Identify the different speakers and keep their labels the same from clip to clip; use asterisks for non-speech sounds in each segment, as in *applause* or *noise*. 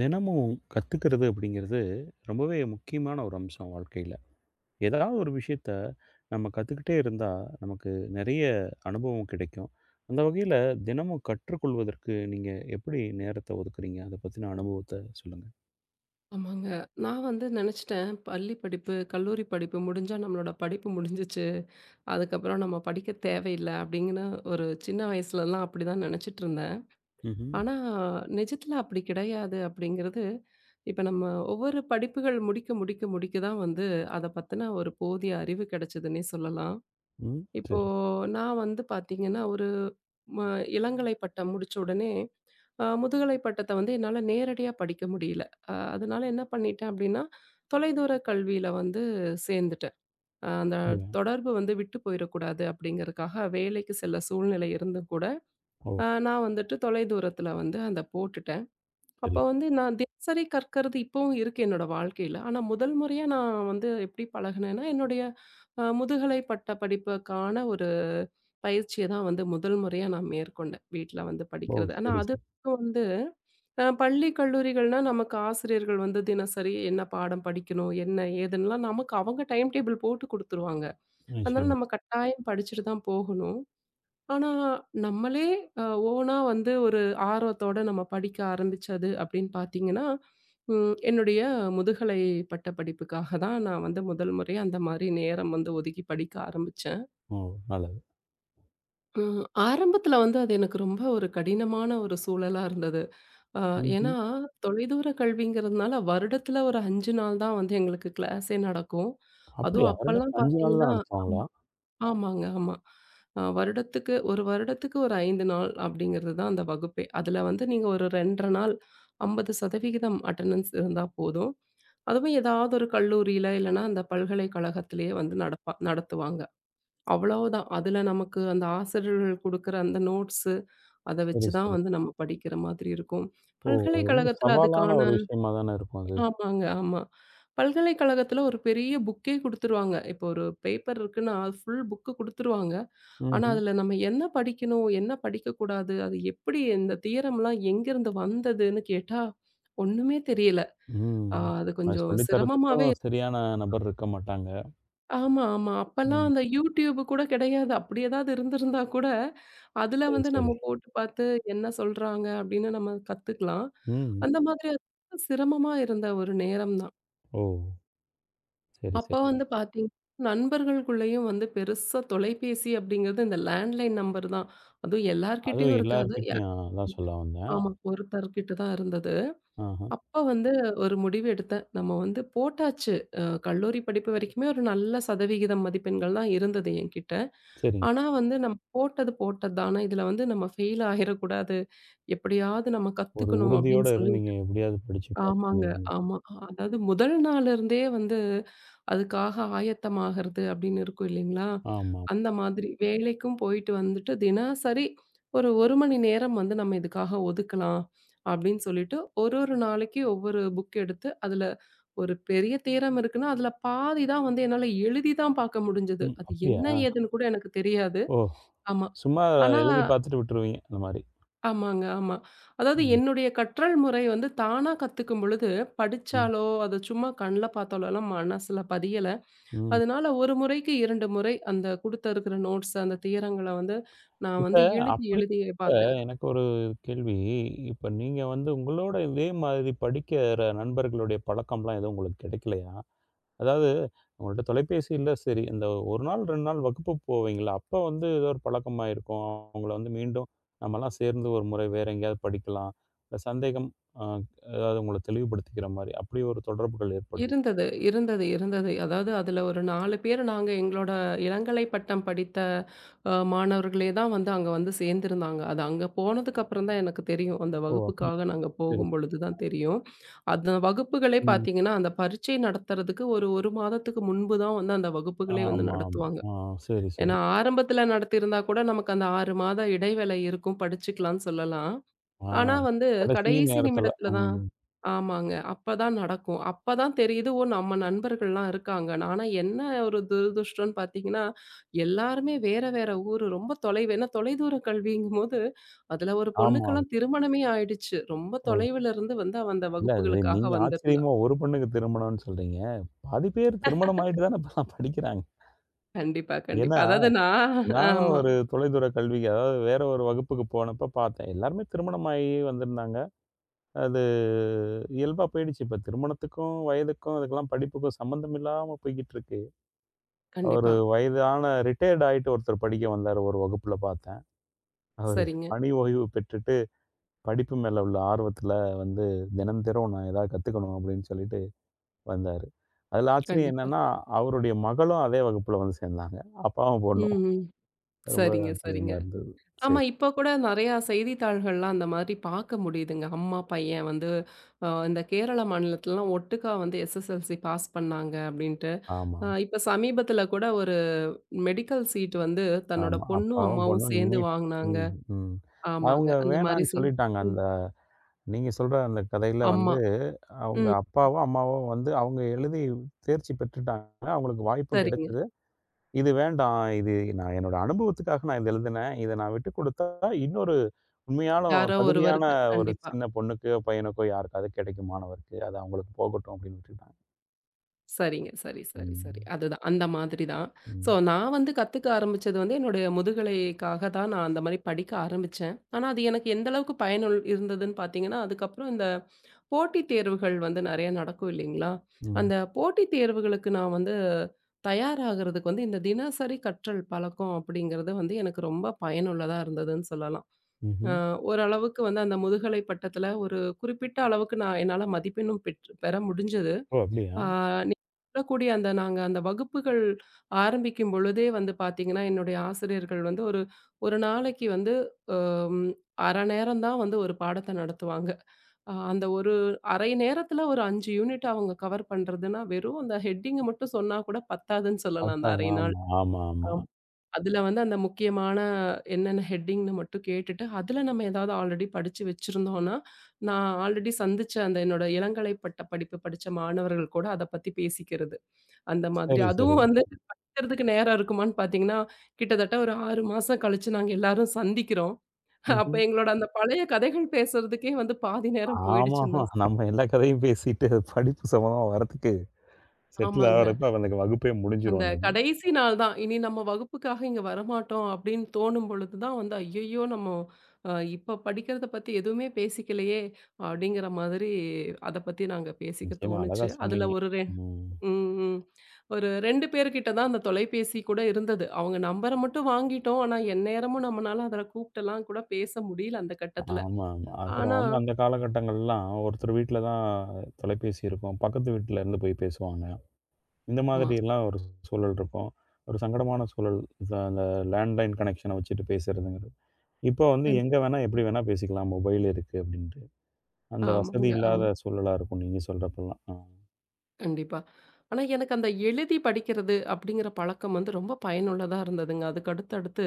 Speaker 1: தினமும் கத்துக்கிறது அப்படிங்கிறது ரொம்பவே முக்கியமான ஒரு அம்சம் வாழ்க்கையில் ஏதாவது ஒரு விஷயத்த நம்ம கற்றுக்கிட்டே இருந்தால் நமக்கு நிறைய அனுபவம் கிடைக்கும். அந்த வகையில் தினமும் கற்றுக்கொள்வதற்கு நீங்கள் எப்படி நேரத்தை ஒதுக்குறீங்க, அதை பற்றின அனுபவத்தை சொல்லுங்கள்.
Speaker 2: ஆமாங்க. நான் வந்து நெனச்சுட்டேன், பள்ளி படிப்பு, கல்லூரி படிப்பு முடிஞ்சா நம்மளோட படிப்பு முடிஞ்சுச்சு. அதுக்கப்புறம் நம்ம படிக்க தேவையில்ல அப்டிங்கன்னு ஒரு சின்ன வயசுலலாம் அப்படிதான் நெனச்சுட்ருந்தேன்.
Speaker 1: ம்.
Speaker 2: ஆனா, நிஜத்துல அப்படி கிடையாது அப்படிங்கிறது, இப்ப நம்ம ஒவ்வொரு படிப்புகள் முடிக்க முடிக்க முடிக்க தான் வந்து, அத பத்தின ஒரு போதிய அறிவு கெடைச்சதுன்னே சொல்லலாம்.
Speaker 1: ம்.
Speaker 2: இப்போ
Speaker 1: சரி.
Speaker 2: நான் வந்து பார்த்தீங்கன்னா, ஒரு ம இளங்கலை பட்டம் முடிச்ச உடனே, முதுகலை பட்டத்த வந்து என்னால நேரடியா படிக்க முடியல. அதனால என்ன பண்ணிட்டேன் அப்டின்னா, தொலைதூர கல்வியில வந்து சேர்ந்துட்டேன். அந்த
Speaker 1: அப்படியா.
Speaker 2: தொடர்பு வந்து விட்டு போயிறக்கூடாது அப்படிங்கிறதுக்காக வேலைக்கு செல்ல சூழ்நிலை இருந்தும் கூட,
Speaker 1: ஓ.
Speaker 2: நான் வந்துட்டு தொலைதூரத்தில வந்து அத போட்டுட்டேன். அப்ப
Speaker 1: சரி.
Speaker 2: வந்து நான் தினசரி கற்கறது இப்பவும் இருக்கு என்னோட வாழ்க்கையில. ஆனா முதல் முறையா நான் வந்து எப்படி பழகுனேன்னா, என்னுடைய முதுகலை பட்ட படிப்புக்கான ஒரு பயிற்சிய தான் வந்து முதல் முறையா நான் மேற்கொண்டேன். வீட்ல வந்து
Speaker 1: ஓ.
Speaker 2: படிக்கிறது. ஆனா
Speaker 1: சரி, சரி.
Speaker 2: அதுக்கு வந்து பள்ளி, கல்லூரிகள்னா நமக்கு ஆசிரியர்கள் வந்து தினசரி என்ன பாடம் படிக்கணும், என்ன ஏதுன்னுலாம் நமக்கு அவங்க டைம் டேபிள் போட்டு குடுத்துருவாங்க. அதனால
Speaker 1: நிச்சயமா.
Speaker 2: நம்ம கட்டாயம் படிச்சுட்டு தான் போகணும். ஆனா, நம்மளே அ ஓனா வந்து ஒரு ஆர்வத்தோட நம்ம படிக்க ஆரம்பிச்சது அப்படின்னு பார்த்தீங்கன்னா, என்னுடைய முதுகலை பட்ட படிப்புக்காக தான் நான் வந்து முதல் முறையா அந்த மாரி நேரம் வந்து ஒதுக்கி படிக்க ஆரம்பிச்சேன்.
Speaker 1: ஓ. நல்லது.
Speaker 2: ம் ஆரம்பத்தில வந்து அது எனக்கு ரொம்ப ஒரு கடினமான ஒரு சூழலா இருந்தது. அ ஏன்னா,
Speaker 1: ம்.
Speaker 2: தொலைதூர கல்விங்கிறதுனால வருடத்தில ஒரு 5 நாள் தான் வந்து எங்களுக்கு கிளாஸே நடக்கும்.
Speaker 1: அப்படியா?
Speaker 2: அதுவும் அப்பல்லாம்
Speaker 1: வருடத்துக்கு 5 நாள் தான்
Speaker 2: பார்த்தீங்கன்னா
Speaker 1: நடத்துவாங்களா?
Speaker 2: ஆமாங்க, ஆமா. அ வருடத்துக்கு 1 வருடத்துக்கு ஒரு 5 நாள் அப்படிங்கிறது தான் அந்த வகுப்பே. அதுல வந்து நீங்க ஒரு 2 1/2 நாள் 50% அட்டெண்டன்ஸ் இருந்தா போதும். அதுவும் ஏதாவது ஒரு கல்லூரியில இல்லைன்னா அந்த பல்கலைக்கழகத்திலேயே வந்து நடப்பா நடத்துவாங்க. அவ்வளவுதான். அதுல நமக்கு அந்த ஆசிரியர்கள் குடுக்குற அந்த நோட்ஸு அத வச்சு
Speaker 1: சரி,
Speaker 2: தான்
Speaker 1: சரி.
Speaker 2: வந்து நம்ம படிக்கிற மாதிரி இருக்கும்.
Speaker 1: ஓ, அது ரொம்ப
Speaker 2: பல்கலைக்கழகத்துல
Speaker 1: சவாலான
Speaker 2: அதுக்கான
Speaker 1: ஒரு விஷயமா தானே இருக்கும் அது.
Speaker 2: ஆமாங்க, ஆமா. பல்கலைக்கழகத்துல ஒரு பெரிய புக்கே குடுத்துருவாங்க. இப்போ ஒரு பேப்பர் இருக்குன்னா, அது ஃபுல் புக்கு குடுத்துருவாங்க. ஆனா,
Speaker 1: ம்.
Speaker 2: அதுல நம்ம என்ன படிக்கணும்? என்ன படிக்கக்கூடாது? அது எப்படி இந்த தியரம்லாம் எங்கேருந்து வந்ததுன்னு கேட்டா, ஒண்ணுமே தெரியல.
Speaker 1: ம்.
Speaker 2: அது
Speaker 1: அது
Speaker 2: கொஞ்சம்
Speaker 1: சொல்லி தரதுக்கும்
Speaker 2: சிரமமாவே
Speaker 1: சரியான நபர் இருக்க மாட்டாங்க.
Speaker 2: ஆமா, ஆமா. அப்பலாம்
Speaker 1: ம்.
Speaker 2: அந்த YouTube கூட கிடையாது. அப்படி ஏதாவது இருந்திருந்தா கூட, அதுல
Speaker 1: அது
Speaker 2: வந்து
Speaker 1: சரி.
Speaker 2: நம்ம போட்டு பார்த்து என்ன சொல்றாங்க அப்படின்னு நம்ம கத்துக்கலாம்.
Speaker 1: ம்.
Speaker 2: அந்த மாதிரி அது ரொம்ப சிரமமா இருந்த ஒரு நேரம் தான்.
Speaker 1: ஓ! சரி,
Speaker 2: அப்ப
Speaker 1: சரி.
Speaker 2: வந்து பார்த்தீங்கன்னா, நண்பர்களுக்குள்ளேயும் வந்து பெருசா தொலைபேசி அப்படிங்கிறது இந்த லேண்ட்லைன் நம்பர் தான். அதுவும் எல்லார்கிட்டயும்
Speaker 1: அதுவும்
Speaker 2: இருக்காது.
Speaker 1: எல்லார்கிட்டயும் அதான் சொல்ல வந்தேன்.
Speaker 2: ஆமா. ஒருத்தர்கிட்ட தான் இருந்தது.
Speaker 1: ஆஹா.
Speaker 2: அப்ப வந்து ஒரு முடிவு எடுத்தேன். நம்ம வந்து போட்டாச்சு. கல்லூரி படிப்பு வரைக்குமே ஒரு நல்ல சதவிகிதம் மதிப்பெண்கள் தான் இருந்தது என்கிட்ட.
Speaker 1: சரிங்க.
Speaker 2: ஆனா வந்து நம்ம போட்டது போட்டது தான். ஆனா இதுல வந்து நம்ம ஃபெயில் ஆயிரக்கூடாது. எப்படியாவது நம்ம
Speaker 1: ஒரு
Speaker 2: கத்துக்கணும்
Speaker 1: உறுதியோட
Speaker 2: அப்படின்னு சொல்லி
Speaker 1: இருந்தீங்க. எப்படியாவது படிச்சு பாஸ்
Speaker 2: ஆமாங்க.
Speaker 1: பண்ணிடணும்.
Speaker 2: ஆமா. அதாவது முதல் நாள்ல இருந்தே வந்து அதுக்காக ஆயத்தமாகறது அப்படின்னு இருக்கும் இல்லைங்களா?
Speaker 1: ஆமா.
Speaker 2: அந்த மாதிரி வேலைக்கும் போயிட்டு வந்துட்டு தினசரி ஒரு 1 மணி நேரம் வந்து நம்ம இதுக்காக ஒதுக்கலாம் அப்படின்னு சொல்லிட்டு ஒரு ஒரு நாளைக்கு ஒவ்வொரு புக் எடுத்து அதுல ஒரு பெரிய தியரம் இருக்குன்னா, அதுல பாதி தான் வந்து என்னால எழுதி தான் பார்க்க முடிஞ்சது.
Speaker 1: ம்.
Speaker 2: அது
Speaker 1: அப்படியா?
Speaker 2: என்ன ஏதுன்னு கூட எனக்கு தெரியாது.
Speaker 1: ஓ!
Speaker 2: ஆமா.
Speaker 1: சும்மா
Speaker 2: ஆனா
Speaker 1: எழுதி பார்த்துட்டு விட்டுருவீங்க. அந்த மாரி.
Speaker 2: ஆமாங்க, ஆமா. அதாவது
Speaker 1: ம்.
Speaker 2: என்னுடைய கற்றல் முறை வந்து தானா கத்துக்கும் பொழுது,
Speaker 1: ம்.
Speaker 2: படிச்சாலோ, அத சும்மா கண்ல பார்த்தாலோலாம் மனசுல பதியல.
Speaker 1: ம்.
Speaker 2: அதனால 1 முறைக்கு 2 முறை அந்த குடுத்திருக்கிற நோட்ஸ், அந்த தியரங்கள வந்து நான்
Speaker 1: இப்ப
Speaker 2: வந்து எழுதி,
Speaker 1: அப்படி
Speaker 2: எழுதி
Speaker 1: இப்ப
Speaker 2: பார்த்தேன்.
Speaker 1: எனக்கு ஒரு கேள்வி. இப்ப நீங்க வந்து உங்களோட இதே மாதிரி படிக்கிற நண்பர்களுடைய பழக்கம்லாம் எதுவும் உங்களுக்கு கிடைக்கலையா? அதாவது உங்கள்ட்ட தொலைபேசி இல்ல சரி. இந்த 1 நாள், 2 நாள் வகுப்பு போவீங்கல்ல, அப்ப வந்து ஏதோ ஒரு பழக்கமாயிருக்கும். அவங்கள வந்து மீண்டும் நம்மலாம் சேர்ந்து ஒரு முறை வேற எங்கேயாவது படிக்கலாம். இந்த சந்தேகம் அ ஏதாவது உங்கள தெளிவுபடுத்திக்கிற மாரி, அப்படி ஒரு தொடர்புகள் ஏற்படல.
Speaker 2: இருந்தது, இருந்தது, இருந்தது. அதாவது அதுல ஒரு 4 பேர் நாங்க எங்களோட இளங்கலை பட்டம் படித்த மாணவர்களே தான் வந்து அங்க வந்து சேர்ந்திருந்தாங்க. அது அங்க போனதுக்கப்புறம் தான் எனக்கு தெரியும். அந்த
Speaker 1: ஓ! அப்படி.
Speaker 2: வகுப்புக்காக நாங்க
Speaker 1: சரி, சரி.
Speaker 2: போகும்பொழுது தான் தெரியும். அந்த வகுப்புகளே
Speaker 1: ம்.
Speaker 2: பார்த்தீங்கன்னா, அந்த பரீட்சை நடத்துறதுக்கு ஒரு 1 மாதத்துக்கு முன்பு தான் வந்து அந்த வகுப்புகளே வந்து
Speaker 1: ஆமா, ஆமா.
Speaker 2: நடத்துவாங்க.
Speaker 1: ஆ. சரி, சரி.
Speaker 2: ஏன்னா ஆரம்பத்துல நடத்தியிருந்தா கூட நமக்கு அந்த 6 மாத இடைவேளை இருக்கும், படிச்சுக்கலாம்னு சொல்லலாம்.
Speaker 1: ஆ.
Speaker 2: ஆனா வந்து
Speaker 1: கடைசி
Speaker 2: கடைசி
Speaker 1: நேரத்துல.
Speaker 2: நிமிடத்துல தான்
Speaker 1: ம்.
Speaker 2: ஆமாங்க. அப்பதான் நடக்கும். அப்பதான் தெரியுது, ஓ! நம்ம நண்பர்கள்லாம் இருக்காங்கன்னு. ஆனா என்ன ஒரு துரதிர்ஷ்டம்ன்னு பார்த்தீங்கன்னா, எல்லாருமே வேற வேற ஊரு. ரொம்ப தொலைவு. ஏன்னா தொலைதூர கல்விங்கும்போது, அதுல ஒரு
Speaker 1: ஆமா.
Speaker 2: பொண்ணுக்கெல்லாம் திருமணமே ஆயிடுச்சு. ரொம்ப
Speaker 1: ஓ!
Speaker 2: தொலைவுல இருந்து வந்து அவ அந்த
Speaker 1: இல்ல அது
Speaker 2: வகுப்புகளுக்காக
Speaker 1: நீங்க
Speaker 2: வந்திருந்தா.
Speaker 1: ஆச்சரியமா ஒரு பொண்ணுக்கு திருமணம்னு சொல்றீங்க. பாதி பேர் திருமணம் ஆயிட்டு தானே இப்பலாம் படிக்கிறாங்க.
Speaker 2: கண்டிப்பா,
Speaker 1: ஏன்னா
Speaker 2: கண்டிப்பா. அதாவது நான்
Speaker 1: நானும்
Speaker 2: ஆமா.
Speaker 1: ஒரு தொலைதூர கல்விக்கு, அதாவது வேற ஒரு வகுப்புக்கு போனப்ப பார்த்தேன். எல்லாருமே திருமணமாகி வந்திருந்தாங்க. அது இயல்பா போயிடுச்சு. இப்ப திருமணத்துக்கும், வயதுக்கும், அதுக்கெல்லாம் படிப்புக்கும் சம்மந்தம் இல்லாம போய்க்கிட்டுருக்கு. அவரு
Speaker 2: கண்டிப்பா.
Speaker 1: வயதான ரிட்டயர்ட் ஆயிட்டு ஒருத்தர் படிக்க வந்தாரு, ஒரு வகுப்புல பார்த்தேன். அவரு
Speaker 2: சரிங்க.
Speaker 1: பணி ஓய்வு பெற்றுட்டு படிப்பு மேல உள்ள ஆர்வத்துல வந்து, தினம் தினம் நான் ஏதாவது கத்துக்கணும் அப்படின்னு சொல்லிட்டு வந்தாரு. அதில ஆச்சரியம்
Speaker 2: கண்டிப்பா.
Speaker 1: என்னன்னா, அவருடைய மகளும் அதே வகுப்புல வந்து சேர்ந்தாங்க. அப்பாவும் பொண்ணும்.
Speaker 2: ம், ம்.
Speaker 1: ரொம்ப
Speaker 2: சரிங்க, சரிங்க.
Speaker 1: ஆச்சரியமா இருந்தது.
Speaker 2: ஆமா.
Speaker 1: சரி.
Speaker 2: இப்ப கூட நெறையா செய்தித்தாள்கள்லாம் அந்த மாதிரி பார்க்க முடியுதுங்க. அம்மா, பையன் வந்து இந்த கேரள மாநிலத்துலலாம் ஒட்டுக்கா வந்து SSLC பாஸ் பண்ணாங்க அப்படின்ட்டு.
Speaker 1: ஆமா.
Speaker 2: இப்ப சமீபத்தில கூட ஒரு மெடிக்கல் சீட் வந்து தன்னோட
Speaker 1: ஆமா.
Speaker 2: பொண்ணும்,
Speaker 1: அப்பாவும்,
Speaker 2: அம்மாவும்
Speaker 1: பொண்ணும்
Speaker 2: சேர்ந்து
Speaker 1: நீட்.
Speaker 2: வாங்குனாங்க.
Speaker 1: ம், ம்.
Speaker 2: ஆமாங்க.
Speaker 1: அவங்க
Speaker 2: அந்த மாரி
Speaker 1: வேணான்னு
Speaker 2: செய்
Speaker 1: சொல்லிட்டாங்க.
Speaker 2: ம்.
Speaker 1: அந்த நீங்க சொல்ற அந்த கதையில
Speaker 2: அம்மா.
Speaker 1: வந்து, அவங்க
Speaker 2: ம்.
Speaker 1: அப்பாவோ, அம்மாவோ வந்து அவங்க எழுதி தேர்ச்சி பெற்றுட்டாங்க. அவங்களுக்கு வாய்ப்பும்
Speaker 2: சரிங்க.
Speaker 1: கிடைச்சது. "இது வேண்டாம். இது நான் என்னோட அனுபவத்துக்காக நான் இத எழுதினேன். இத நான் விட்டுக் குடுத்தா, இன்னொரு உண்மையான
Speaker 2: யாரோ
Speaker 1: தகுதியான
Speaker 2: ஒருவருக்கு.
Speaker 1: ஒரு
Speaker 2: கண்டிப்பா.
Speaker 1: சின்ன பொண்ணுக்கோ, பையனுக்கோ யாருக்காவது கிடைக்கும் மாணவருக்கு. அது அவங்களுக்கு போகட்டும்" அப்படின்னு விட்டுட்டாங்க.
Speaker 2: சரிங்க. சரி, சரி, சரி.
Speaker 1: ம்.
Speaker 2: அதுதான். அந்த மாதிரி தான். ஸோ
Speaker 1: ம்.
Speaker 2: நான் வந்து கத்துக்க ஆரம்பிச்சது வந்து என்னுடைய முதுகலைக்காக தான் நான் அந்த மாரி படிக்க ஆரம்பிச்சேன். ஆனா அது எனக்கு எந்த அளவுக்கு பயனுள் இருந்ததுன்னு பார்த்தீங்கன்னா, அதுக்கப்புறம் இந்த போட்டித் தேர்வுகள் வந்து நெறைய நடக்கும் இல்லைங்களா?
Speaker 1: ம்.
Speaker 2: அந்த போட்டித் தேர்வுகளுக்கு நான் வந்து தயாராகறதுக்கு வந்து இந்த தினசரி கற்றல் பழக்கம் அப்படிங்கிறது வந்து எனக்கு ரொம்ப பயனுள்ளதா இருந்ததுன்னு சொல்லலாம். அ
Speaker 1: ம்ஹ்ம்.
Speaker 2: ஓரளவுக்கு வந்து அந்த முதுகலை பட்டத்துல ஒரு குறிப்பிட்ட அளவுக்கு நான் என்னால மதிப்பெண்ணும் பெற்று பெற முடிஞ்சது.
Speaker 1: ஓ! அப்படியா?
Speaker 2: ஆ, நீங்க சொல்லக்கூடிய அந்த நாங்க அந்த வகுப்புகள் ஆரம்பிக்கும் பொழுதே வந்து பாத்தீங்கன்னா, என்னுடைய ஆசிரியர்கள் வந்து ஒரு ஒரு நாளைக்கு வந்து ம், அரை நேரம் தான் வந்து ஒரு பாடத்த நடத்துவாங்க. அந்த ஒரு அரை நேரத்துல ஒரு 5 யூனிட் அவங்க கவர் பண்றதுன்னா, வெறும் அந்த ஹெட்டிங்க மட்டும் சொன்னா கூட பத்தாதுன்னு சொல்லலாம் அந்த
Speaker 1: அதான்.
Speaker 2: அரை நாள்.
Speaker 1: ஆமா, ஆமா, ஆமா.
Speaker 2: ஆம். அதுல வந்து அந்த முக்கியமான என்னென்ன ஹெட்டிங்ன்னு மட்டும் கேட்டுட்டு, அதுல நம்ம ஏதாவது ஆல்ரெடி படிச்சு வச்சிருந்தோம்னா, நான் ஆல்ரெடி சந்திச்ச அந்த என்னோட இளங்கலை பட்ட படிப்பு படிச்ச மாணவர்கள் கூட அத பத்தி பேசிக்கிறது. அந்த மாதிரி.
Speaker 1: சரி, சரி.
Speaker 2: அதுவும் வந்து கத்துறதுக்கு நேரம் இருக்குமான்னு பார்த்தீங்கன்னா, கிட்டத்தட்ட ஒரு 6 மாசம் கழிச்சு நாங்க எல்லாரும் சந்திக்கிறோம். அப்ப
Speaker 1: ம்ஹ்ம்.
Speaker 2: எங்களோட அந்த பழைய கதைகள் பேசுறதுக்கே வந்து பாதி நேரம் போயிடுச்சுன்னு
Speaker 1: ஆமாமா.
Speaker 2: தான்
Speaker 1: நம்ம எல்லா கதையும் பேசிட்டு, படிப்பு சம்மந்தமா வர்றதுக்கு செட்டில்
Speaker 2: ஆமாங்க.
Speaker 1: ஆகுறப்ப அவனுக்கு வகுப்பே முடிஞ்சிரும்
Speaker 2: அந்த
Speaker 1: அன்னைக்கு.
Speaker 2: கடைசி நாள் தான். இனி நம்ம வகுப்புக்காக இங்க வரமாட்டோம் அப்படின்னு தோணும் பொழுது தான் வந்து, ஐயய்யோ! நம்ம இப்ப படிக்கிறத பத்தி எதுவுமே பேசிக்கலையே! அப்படிங்கிற மாதிரி அத பத்தி நாங்க பேசிக்க
Speaker 1: நிச்சயமா, அழகா
Speaker 2: தோணுச்சு. அதுல
Speaker 1: சொன்னீங்க.
Speaker 2: ஒரு 2
Speaker 1: ம்.
Speaker 2: ம், ம். ஒரு 2 பேர்கிட்ட தான் அந்த தொலைபேசி கூட இருந்தது. அவங்க நம்பர மட்டும் வாங்கிட்டோம். ஆனா, எந்நேரமும் நம்மனால அதுல கூப்ட்டெல்லாம் கூட பேச முடியல அந்த கட்டத்துல.
Speaker 1: ஆமாமா. அப்புறம்
Speaker 2: ஆனா
Speaker 1: வந்து அந்த காலகட்டங்கள்லாம் ஒருத்தர் வீட்ல தான் தொலைபேசி இருக்கும். பக்கத்து வீட்ல இருந்து போய் பேசுவாங்க. இந்த
Speaker 2: ஆமா.
Speaker 1: மாதிரியெல்லாம் ஒரு சூழல் இருக்கும். ஒரு சங்கடமான சூழல். அந்த லேண்ட்லைன் கனெக்ஷன வச்சுட்டு பேசுறதுங்கிறது. இப்போ வந்து எங்க வேணா, எப்படி
Speaker 2: கண்டிப்பா.
Speaker 1: வேணா பேசிக்கலாம். மொபைல் இருக்கு அப்டின்ட்டு. அந்த வசதி
Speaker 2: ஆமாங்க. ஆமா.
Speaker 1: இல்லாத சூழலா இருக்கும் நீங்க சொல்றப்பலாம். ஆ.
Speaker 2: கண்டிப்பா. ஆனா, எனக்கு அந்த எழுதி படிக்கிறது அப்படிங்கிற பழக்கம் வந்து ரொம்ப பயனுள்ளதா இருந்ததுங்க. அதுக்கு அடுத்து அடுத்து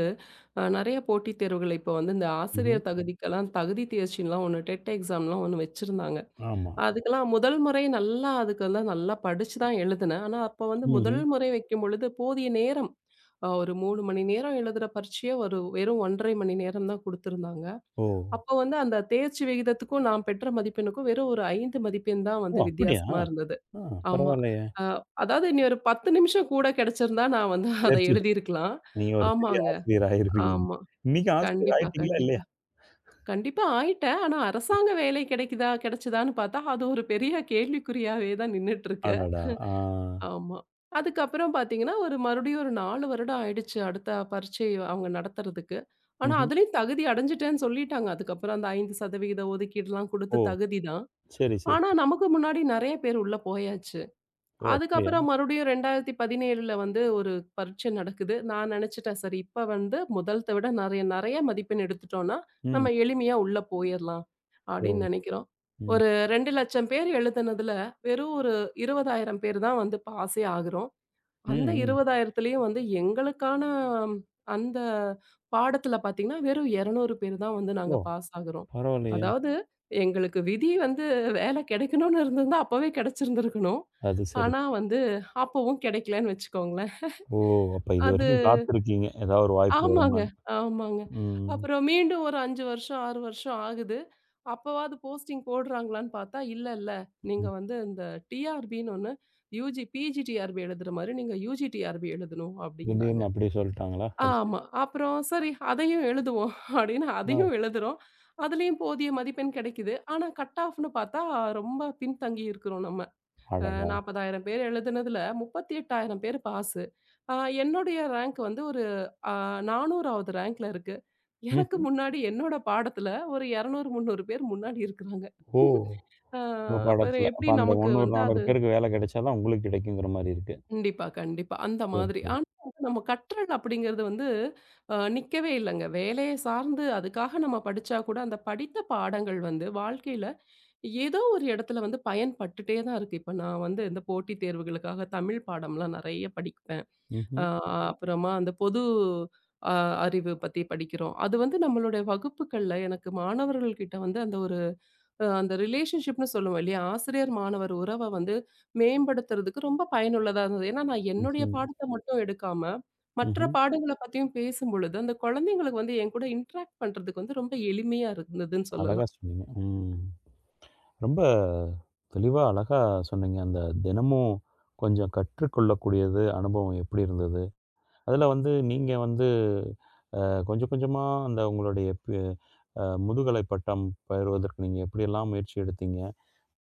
Speaker 2: நெறைய போட்டித் தேர்வுகள் இப்ப வந்து இந்த
Speaker 1: ம்ஹ்ம்.
Speaker 2: ஆசிரியர் தகுதிக்கெல்லாம் தகுதி தேர்ச்சின்லாம் ஒண்ணு TET எக்ஸாம்லாம் ஒண்ணு வச்சிருந்தாங்க.
Speaker 1: ஆமா.
Speaker 2: அதுக்கெல்லாம் முதல் முறை நல்லா அதுக்கு வந்து நல்லா படிச்சு தான் எழுதினேன். ஆனா, அப்ப வந்து முதல்
Speaker 1: ம்ஹ்ம்.
Speaker 2: முறை வைக்கும் பொழுது போதிய நேரம் ஒரு 3 மணி நேரம் எழுதுற பரீட்சைய ஒரு வெறும் 1 1/2 மணி நேரம் தான் குடுத்திருந்தாங்க.
Speaker 1: ஓ!
Speaker 2: அப்போ வந்து அந்த தேர்ச்சி விகிதத்துக்கும் நான் பெற்ற மதிப்பெண்ணுக்கும் வெறும் ஒரு 5 மதிப்பெண் தான்
Speaker 1: ஓ!
Speaker 2: வந்து
Speaker 1: அப்படியா?
Speaker 2: வித்தியாசமா இருந்தது.
Speaker 1: ஆ.
Speaker 2: ஆமா.
Speaker 1: பரவாயில்லையே.
Speaker 2: அ அதாவது இனி ஒரு 10 நிமிஷம் கூட கிடைச்சிருந்தா நான் வந்து அத
Speaker 1: தேர்ச்சி.
Speaker 2: எழுதியிருக்கலாம்.
Speaker 1: நீங்க ஒரு பெரிய
Speaker 2: ஆமாங்க.
Speaker 1: ஆசிரியர் ஆயிருப்பீங்க.
Speaker 2: ஆமா.
Speaker 1: இன்னைக்கு ஆசிரியர்
Speaker 2: கண்டிப்பா,
Speaker 1: ஆயிட்டீங்களா
Speaker 2: கண்டிப்பா.
Speaker 1: இல்லையா?
Speaker 2: கண்டிப்பா ஆயிட்டேன். ஆனா அரசாங்க வேலை கிடைக்குதா, கிடைச்சதான்னு பார்த்தா, அது ஒரு பெரிய கேள்விக்குறியாவே தான் நின்னுட்டுருக்கு.
Speaker 1: அடடா! ஆ.
Speaker 2: ஆமா. அதுக்கப்புறம் பார்த்தீங்கன்னா, ஒரு மறுபடியும் ஒரு 4 வருடம் ஆயிடுச்சு அடுத்த பரீட்சை அவங்க நடத்துறதுக்கு. ஆனா
Speaker 1: ம்ஹ்ம்.
Speaker 2: அதுலயும் தகுதி அடைஞ்சுட்டேன்னு சொல்லிட்டாங்க. அதுக்கப்புறம் அந்த 5% ஒதுக்கீடுலாம் குடுத்து
Speaker 1: ஓ!
Speaker 2: தகுதி தான்.
Speaker 1: சரி, சரி.
Speaker 2: ஆனா நமக்கு முன்னாடி நெறைய பேர் உள்ள போயாச்சு.
Speaker 1: ஓ! அப்படியா?
Speaker 2: அதுக்கப்புறம் மறுபடியும் 2017ல வந்து ஒரு பரீட்சை நடக்குது. நான் நினைச்சுட்டேன், சரி இப்ப வந்து முதல்த்த விட நெறைய நெறைய மதிப்பெண் எடுத்துட்டோம்ன்னா, நம்ம
Speaker 1: ம்.
Speaker 2: எளிமையா உள்ள போயிரலாம்
Speaker 1: ஓ!
Speaker 2: அப்படின்னு நினைக்கிறோம்.
Speaker 1: ம்.
Speaker 2: ஒரு 2,00,000 பேர் எழுதுனதுல, வெறும் ஒரு 20,000 பேர் தான் வந்து பாஸே ஆகுறோம். அந்த
Speaker 1: ம், ம்.
Speaker 2: 20,000 வந்து எங்களுக்கான அந்த பாடத்துல பார்த்தீங்கன்னா, வெறும் 200 பேர் தான் வந்து
Speaker 1: ஓ!
Speaker 2: நாங்க பாஸ் ஆகுறோம்.
Speaker 1: பரவாயில்லையே.
Speaker 2: அதாவது எங்களுக்கு விதி வந்து வேலை கிடைக்கணும்னு இருந்திருந்தா அப்பவே கிடைச்சிருந்திருக்கணும்.
Speaker 1: அது சரி.
Speaker 2: ஆனா வந்து அப்பவும் கிடைக்கலன்னு வச்சுக்கோங்களேன்.
Speaker 1: ஓ! அப்ப
Speaker 2: அது
Speaker 1: இதுவரைக்கும் காத்திருக்கீங்க. ஏதாவது ஒரு வாய்ப்பு
Speaker 2: ஆமாங்க,
Speaker 1: வருமான்னு.
Speaker 2: ஆமாங்க.
Speaker 1: ம்.
Speaker 2: அப்புறம் மீண்டும் ஒரு 5 வருஷம், 6 வருஷம் ஆகுது. அப்பவாவது போஸ்டிங் போடுறாங்களான்னு பார்த்தா, இல்ல இல்ல நீங்க
Speaker 1: ம்.
Speaker 2: வந்து இந்த TRBன்னு ஒண்ணு UG, PG TRB எழுதுற மாரி நீங்க UG TRB எழுதணும் அப்படிங்கிறாங்க.
Speaker 1: திடீர்னு அப்படியே சொல்ட்டாங்களா கடைசில?
Speaker 2: ஆமா. அப்புறம் சரி அதையும் எழுதுவோம் *laughs* அப்படின்னு
Speaker 1: ஓ!
Speaker 2: அதையும் எழுதுறோம். அதுலயும் போதிய மதிப்பெண் கிடைக்குது. ஆனா கட் ஆஃப்ன்னு பார்த்தா ரொம்ப பின்தங்கி இருக்கிறோம் நம்ம. அ
Speaker 1: அடடா!
Speaker 2: 40,000 பேர் எழுதுனதுல 38,000 பேர் பாஸு. அ என்னுடைய ரேங்க் வந்து ஒரு அ 400வது ரேங்க்ல இருக்கு. எனக்கு
Speaker 1: ம்ஹ்ம்.
Speaker 2: முன்னாடி என்னோட பாடத்துல ஒரு 200, 300 பேர் முன்னாடி இருக்கிறாங்க.
Speaker 1: ஓ!
Speaker 2: *laughs* அ
Speaker 1: உங்க
Speaker 2: அப்புறம்
Speaker 1: பாடத்துல. அப்ப
Speaker 2: எப்படி
Speaker 1: அந்த
Speaker 2: நமக்கு
Speaker 1: 300,
Speaker 2: வந்து
Speaker 1: 400
Speaker 2: அது
Speaker 1: பேருக்கு வேலை கிடைச்சா தான் உங்களுக்கு கிடைக்குங்கிற மாரி இருக்கு.
Speaker 2: கண்டிப்பா, கண்டிப்பா. அந்த
Speaker 1: சரி,
Speaker 2: மாதிரி.
Speaker 1: சரி.
Speaker 2: ஆனா, வந்து நம்ம கற்றல் அப்படிங்கிறது வந்து நிக்கவே இல்லங்க. வேலைய சார்ந்து அதுக்காக நம்ம படிச்சா கூட, அந்த படித்த பாடங்கள் வந்து வாழ்க்கையில ஏதோ ஒரு இடத்துல வந்து பயன்பட்டுட்டே தான் இருக்கு. இப்ப நான் வந்து இந்த போட்டித் தேர்வுகளுக்காக தமிழ் பாடம்லாம் நெறைய படிப்பேன். அ
Speaker 1: ம்ஹ்ம்.
Speaker 2: அப்புறமா அந்த பொது அ அறிவு பத்தி படிக்கிறோம். அது வந்து நம்மளுடைய வகுப்புகள்ல எனக்கு மாணவர்கள்கிட்ட வந்து அந்த ஒரு அந்த ரிலேஷன்ஷிப்ன்னு சொல்லுவோம் இல்லையா? ஆசிரியர், மாணவர் உறவ வந்து மேம்படுத்துறதுக்கு ரொம்ப பயனுள்ளதா இருந்தது. ஏன்னா, நான் என்னுடைய
Speaker 1: நிச்சயமா.
Speaker 2: பாடத்த மட்டும் எடுக்காம, மற்ற
Speaker 1: ம்ஹ்ம்.
Speaker 2: பாடங்கள பத்தியும் பேசும்பொழுது, அந்த குழந்தைங்களுக்கு வந்து என் கூட இன்டராக்ட் பண்றதுக்கு வந்து ரொம்ப எளிமையா இருந்ததுன்னு
Speaker 1: அழகா
Speaker 2: சொல்லலாம்.
Speaker 1: சொன்னீங்க. ம். ரொம்ப தெளிவா அழகா சொன்னீங்க. அந்த தினமும் கொஞ்சம் கற்றுக்கொள்ளக்கூடியது அனுபவம் எப்படி இருந்தது? அதுல வந்து நீங்க வந்து கொஞ்சம் கொஞ்சமா அந்த உங்களுடைய பி அ முதுகலை பட்டம் பெறுவதற்கு நீங்க எப்படியெல்லாம் முயற்சி எடுத்தீங்க?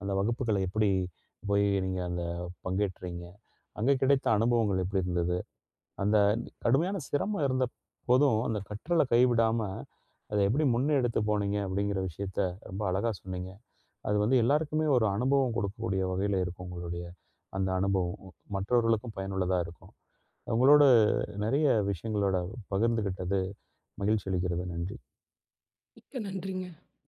Speaker 1: அந்த வகுப்புகள எப்படி போய் நீங்க அந்த பங்கேற்றீங்க? அங்க கிடைத்த அனுபவங்கள் எப்படி இருந்தது? அந்த கடுமையான சிரமம் இருந்த போதும் அந்த கற்றல கைவிடாம, அத எப்படி முன்னெடுத்து போனீங்க? அப்படிங்கிற விஷயத்த ரொம்ப அழகா சொன்னீங்க. அது வந்து எல்லாருக்குமே ஒரு அனுபவம் கொடுக்கக்கூடிய வகையில இருக்கும் உங்களுடைய அந்த அனுபவம். மற்றவர்களுக்கும் பயனுள்ளதா இருக்கும். உங்களோட நிறைய விஷயங்களோட பகிர்ந்துகிட்டது மகிழ்ச்சி அளிக்கிறது. நன்றி.
Speaker 2: மிக்க நன்றிங்க.